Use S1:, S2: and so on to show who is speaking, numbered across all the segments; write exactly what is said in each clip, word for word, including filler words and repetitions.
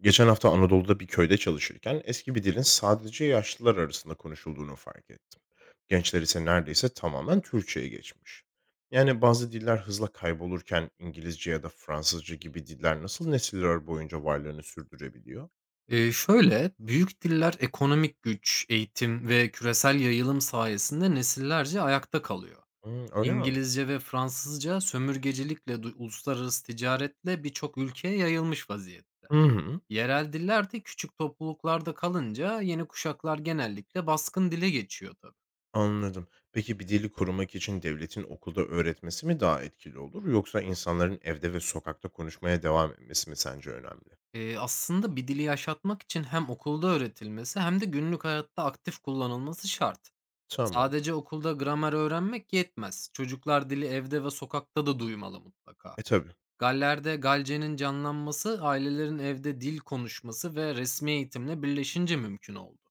S1: Geçen hafta Anadolu'da bir köyde çalışırken eski bir dilin sadece yaşlılar arasında konuşulduğunu fark ettim. Gençler ise neredeyse tamamen Türkçe'ye geçmiş. Yani bazı diller hızla kaybolurken İngilizce ya da Fransızca gibi diller nasıl nesiller boyunca varlığını sürdürebiliyor?
S2: Eee, şöyle, büyük diller ekonomik güç, eğitim ve küresel yayılım sayesinde nesillerce ayakta kalıyor.
S1: Hmm, öyle mi?
S2: İngilizce ve Fransızca sömürgecilikle, du- uluslararası ticaretle birçok ülkeye yayılmış vaziyette.
S1: Hı hı,
S2: Yerel diller de küçük topluluklarda kalınca yeni kuşaklar genellikle baskın dile geçiyor tabii.
S1: anladım. Peki bir dili korumak için devletin okulda öğretmesi mi daha etkili olur yoksa insanların evde ve sokakta konuşmaya devam etmesi mi sence önemli?
S2: Eee, aslında bir dili yaşatmak için hem okulda öğretilmesi hem de günlük hayatta aktif kullanılması şart.
S1: Tamam.
S2: Sadece okulda gramer öğrenmek yetmez. Çocuklar dili evde ve sokakta da duymalı mutlaka.
S1: E tabii.
S2: Galler'de Galce'nin canlanması, ailelerin evde dil konuşması ve resmi eğitimle birleşince mümkün oldu.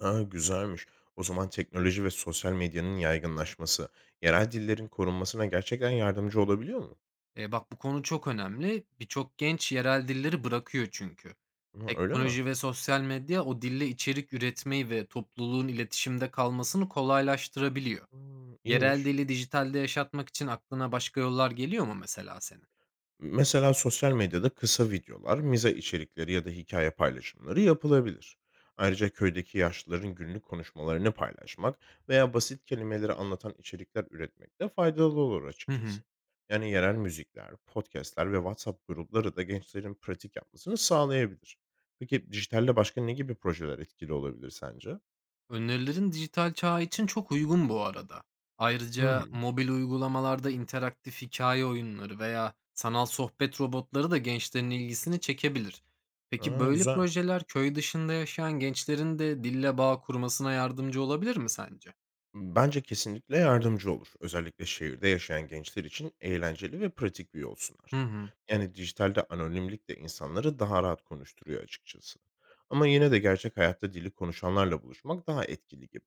S1: A, güzelmiş. O zaman teknoloji ve sosyal medyanın yaygınlaşması, yerel dillerin korunmasına gerçekten yardımcı olabiliyor mu?
S2: E bak, bu konu çok önemli. Birçok genç yerel dilleri bırakıyor çünkü.
S1: Ha, öyle mi?
S2: Teknoloji ve sosyal medya o dille içerik üretmeyi ve topluluğun iletişimde kalmasını kolaylaştırabiliyor.
S1: Hımm,
S2: Yerel
S1: iyiymiş.
S2: dili dijitalde yaşatmak için aklına başka yollar geliyor mu mesela senin?
S1: Mesela sosyal medyada kısa videolar, miza içerikleri ya da hikaye paylaşımları yapılabilir. Ayrıca köydeki yaşlıların günlük konuşmalarını paylaşmak veya basit kelimeleri anlatan içerikler üretmek de faydalı olur
S2: Hı hı.
S1: açıkçası. Yani yerel müzikler, podcastler ve WhatsApp grupları da gençlerin pratik yapmasını sağlayabilir. Peki dijitalle başka ne gibi projeler etkili olabilir sence?
S2: Önerilerin dijital çağ için çok uygun bu arada.
S1: Hı
S2: Ayrıca
S1: hı.
S2: mobil uygulamalarda interaktif hikaye oyunları veya sanal sohbet robotları da gençlerin ilgisini çekebilir. Peki
S1: Aa,
S2: böyle
S1: güzel.
S2: projeler köy dışında yaşayan gençlerin de dille bağ kurmasına yardımcı olabilir mi sence?
S1: Bence kesinlikle yardımcı olur. Özellikle şehirde yaşayan gençler için eğlenceli ve pratik bir yol
S2: Hı
S1: sunar.
S2: hı.
S1: Yani dijitalde anonimlik de insanları daha rahat konuşturuyor açıkçası. Ama yine de gerçek hayatta dili konuşanlarla buluşmak daha etkili gibi.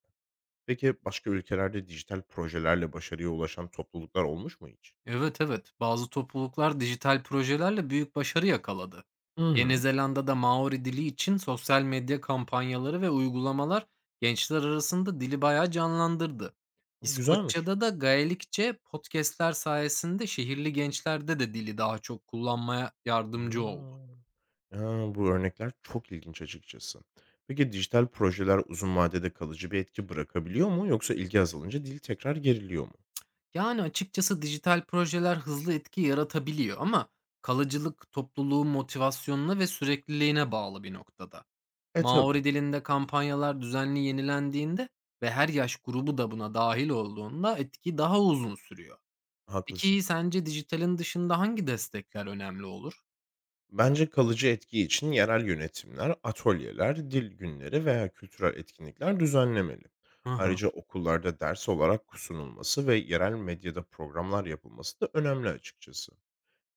S1: Peki başka ülkelerde dijital projelerle başarıya ulaşan topluluklar olmuş mu hiç?
S2: Evet, evet. Bazı topluluklar dijital projelerle büyük başarı yakaladı.
S1: Hı
S2: Yeni
S1: hı.
S2: Zelanda'da Maori dili için sosyal medya kampanyaları ve uygulamalar gençler arasında dili bayağı canlandırdı.
S1: Güzelmiş.
S2: İskoçya'da da Gaelikçe podcastler sayesinde şehirli gençlerde de dili daha çok kullanmaya yardımcı oldu.
S1: Hmm. Ya, bu örnekler çok ilginç açıkçası. Peki dijital projeler uzun vadede kalıcı bir etki bırakabiliyor mu yoksa ilgi azalınca dil tekrar geriliyor mu?
S2: Yani açıkçası dijital projeler hızlı etki yaratabiliyor ama kalıcılık topluluğun motivasyonuna ve sürekliliğine bağlı bir noktada.
S1: E, tabii,
S2: Maori dilinde kampanyalar düzenli yenilendiğinde ve her yaş grubu da buna dahil olduğunda etki daha uzun sürüyor.
S1: haklısın.
S2: Peki, sence dijitalin dışında hangi destekler önemli olur?
S1: Bence kalıcı etki için yerel yönetimler, atölyeler, dil günleri veya kültürel etkinlikler düzenlemeli.
S2: Hı hı.
S1: Ayrıca okullarda ders olarak sunulması ve yerel medyada programlar yapılması da önemli açıkçası.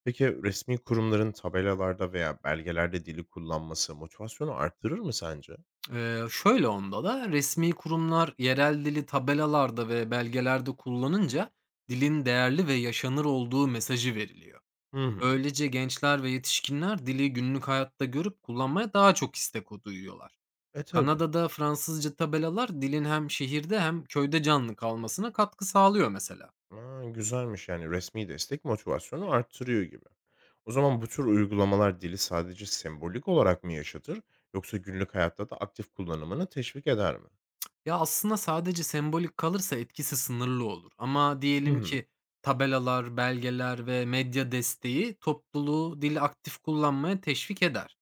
S1: Peki resmi kurumların tabelalarda veya belgelerde dili kullanması motivasyonu artırır mı sence?
S2: Eee, şöyle, onda da resmi kurumlar yerel dili tabelalarda ve belgelerde kullanınca dilin değerli ve yaşanır olduğu mesajı veriliyor.
S1: Hı hı.
S2: Böylece gençler ve yetişkinler dili günlük hayatta görüp kullanmaya daha çok istek o duyuyorlar.
S1: E, tabii.
S2: Kanada'da Fransızca tabelalar dilin hem şehirde hem köyde canlı kalmasına katkı sağlıyor mesela.
S1: A, güzelmiş. Yani resmi destek motivasyonu arttırıyor gibi. O zaman bu tür uygulamalar dili sadece sembolik olarak mı yaşatır yoksa günlük hayatta da aktif kullanımını teşvik eder mi?
S2: Ya aslında sadece sembolik kalırsa etkisi sınırlı olur. Ama
S1: Hı
S2: diyelim
S1: hı.
S2: ki tabelalar, belgeler ve medya desteği topluluğu dili aktif kullanmaya teşvik eder.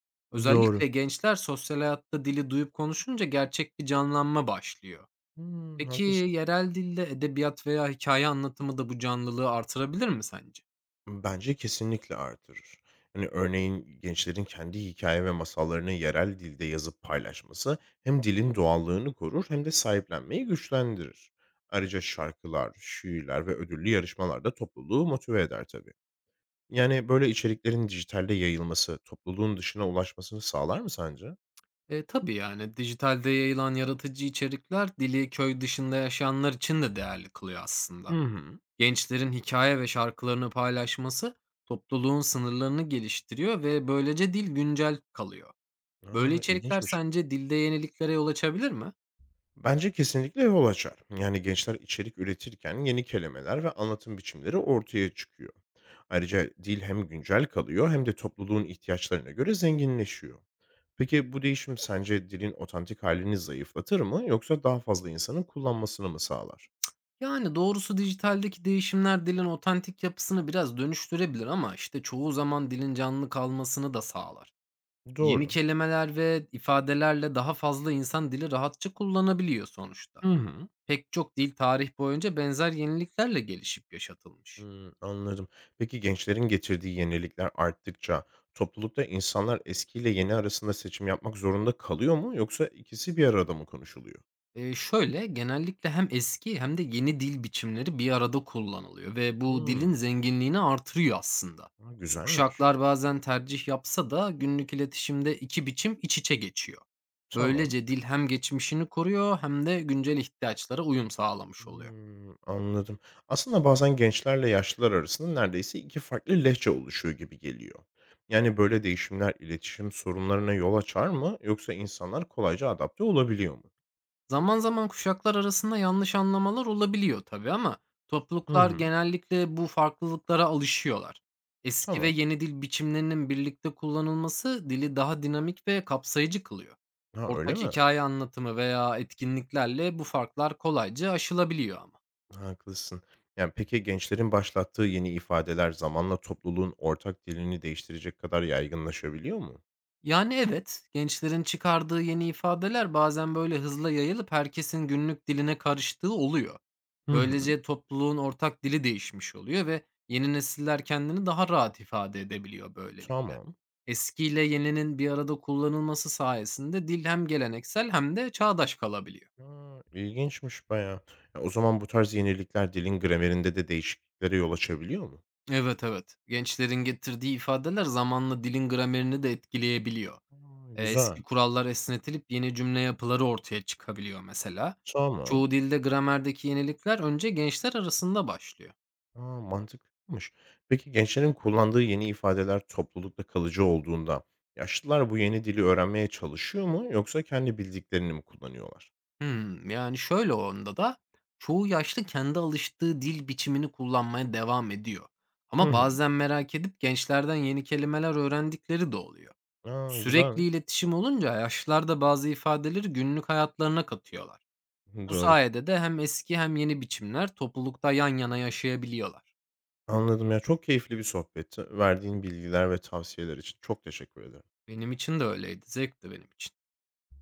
S1: Doğru.
S2: Özellikle gençler sosyal hayatta dili duyup konuşunca gerçek bir canlanma başlıyor.
S1: Hımm,
S2: Peki
S1: haklısın.
S2: yerel dilde edebiyat veya hikaye anlatımı da bu canlılığı artırabilir mi sence?
S1: Bence kesinlikle artırır. Hani, örneğin gençlerin kendi hikaye ve masallarını yerel dilde yazıp paylaşması hem dilin doğallığını korur hem de sahiplenmeyi güçlendirir. Ayrıca şarkılar, şiirler ve ödüllü yarışmalar da topluluğu motive eder tabii. Yani, böyle içeriklerin dijitalde yayılması, topluluğun dışına ulaşmasını sağlar mı sence?
S2: E, tabii yani dijitalde yayılan yaratıcı içerikler dili köy dışında yaşayanlar için de değerli kılıyor aslında.
S1: Hı hı.
S2: Gençlerin hikaye ve şarkılarını paylaşması topluluğun sınırlarını geliştiriyor ve böylece dil güncel kalıyor. Böyle
S1: Aa,
S2: içerikler
S1: ilginçmiş.
S2: sence dilde yeniliklere yol açabilir mi?
S1: Bence kesinlikle yol açar. Yani, gençler içerik üretirken yeni kelimeler ve anlatım biçimleri ortaya çıkıyor. Ayrıca dil hem güncel kalıyor hem de topluluğun ihtiyaçlarına göre zenginleşiyor. Peki bu değişim sence dilin otantik halini zayıflatır mı yoksa daha fazla insanın kullanmasını mı sağlar?
S2: Yani, doğrusu dijitaldeki değişimler dilin otantik yapısını biraz dönüştürebilir ama, işte, çoğu zaman dilin canlı kalmasını da sağlar. Yeni
S1: Doğru.
S2: kelimeler ve ifadelerle daha fazla insan dili rahatça kullanabiliyor sonuçta.
S1: Hı hı.
S2: Pek çok dil tarih boyunca benzer yeniliklerle gelişip yaşatılmış.
S1: Hımm, anladım. Peki gençlerin getirdiği yenilikler arttıkça toplulukta insanlar eskiyle yeni arasında seçim yapmak zorunda kalıyor mu yoksa ikisi bir arada mı konuşuluyor?
S2: Eee, şöyle, genellikle hem eski hem de yeni dil biçimleri bir arada kullanılıyor ve bu dilin
S1: Hımm.
S2: zenginliğini artırıyor aslında.
S1: A, güzelmiş.
S2: Kuşaklar bazen tercih yapsa da günlük iletişimde iki biçim iç içe geçiyor.
S1: Tamam.
S2: Böylece dil hem geçmişini koruyor hem de güncel ihtiyaçlara uyum sağlamış oluyor.
S1: Hımm, anladım. Aslında bazen gençlerle yaşlılar arasında neredeyse iki farklı lehçe oluşuyor gibi geliyor. Yani böyle değişimler iletişim sorunlarına yol açar mı yoksa insanlar kolayca adapte olabiliyor mu?
S2: Zaman zaman kuşaklar arasında yanlış anlamalar olabiliyor tabii ama
S1: Hı
S2: topluluklar
S1: hı.
S2: genellikle bu farklılıklara alışıyorlar. Eski ve
S1: Tamam.
S2: yeni dil biçimlerinin birlikte kullanılması dili daha dinamik ve kapsayıcı kılıyor.
S1: Ha, öyle
S2: Ortak
S1: mi?
S2: hikaye anlatımı veya etkinliklerle bu farklar kolayca aşılabiliyor ama.
S1: Haklısın. Yani, peki gençlerin başlattığı yeni ifadeler zamanla topluluğun ortak dilini değiştirecek kadar yaygınlaşabiliyor mu?
S2: Yani, evet, gençlerin çıkardığı yeni ifadeler bazen böyle hızla yayılıp herkesin günlük diline karıştığı oluyor.
S1: Hı hı.
S2: Böylece topluluğun ortak dili değişmiş oluyor ve yeni nesiller kendini daha rahat ifade edebiliyor böylelikle.
S1: Tamam.
S2: Eskiyle yeninin bir arada kullanılması sayesinde dil hem geleneksel hem de çağdaş kalabiliyor.
S1: A, ilginçmiş bayağı. Ya, o zaman bu tarz yenilikler dilin gramerinde de değişikliklere yol açabiliyor mu?
S2: Evet, evet. Gençlerin getirdiği ifadeler zamanla dilin gramerini de etkileyebiliyor.
S1: A,
S2: Eee,
S1: güzel.
S2: eski kurallar esnetilip yeni cümle yapıları ortaya çıkabiliyor mesela.
S1: Tamam.
S2: Çoğu dilde gramerdeki yenilikler önce gençler arasında başlıyor.
S1: A, mantıklıymış. Peki gençlerin kullandığı yeni ifadeler toplulukta kalıcı olduğunda yaşlılar bu yeni dili öğrenmeye çalışıyor mu yoksa kendi bildiklerini mi kullanıyorlar?
S2: Hımm, yani, şöyle onda da çoğu yaşlı kendi alıştığı dil biçimini kullanmaya devam ediyor.
S1: Hı
S2: Ama
S1: hı.
S2: bazen merak edip gençlerden yeni kelimeler öğrendikleri de oluyor.
S1: A,
S2: Sürekli
S1: güzelmiş.
S2: iletişim olunca yaşlılar da bazı ifadeleri günlük hayatlarına katıyorlar. Bu
S1: Doğru.
S2: sayede de hem eski hem yeni biçimler toplulukta yan yana yaşayabiliyorlar.
S1: Anladım ya. Çok keyifli bir sohbetti. Verdiğin bilgiler ve tavsiyeler için çok teşekkür ederim.
S2: Benim için de öyleydi, zevkti benim için.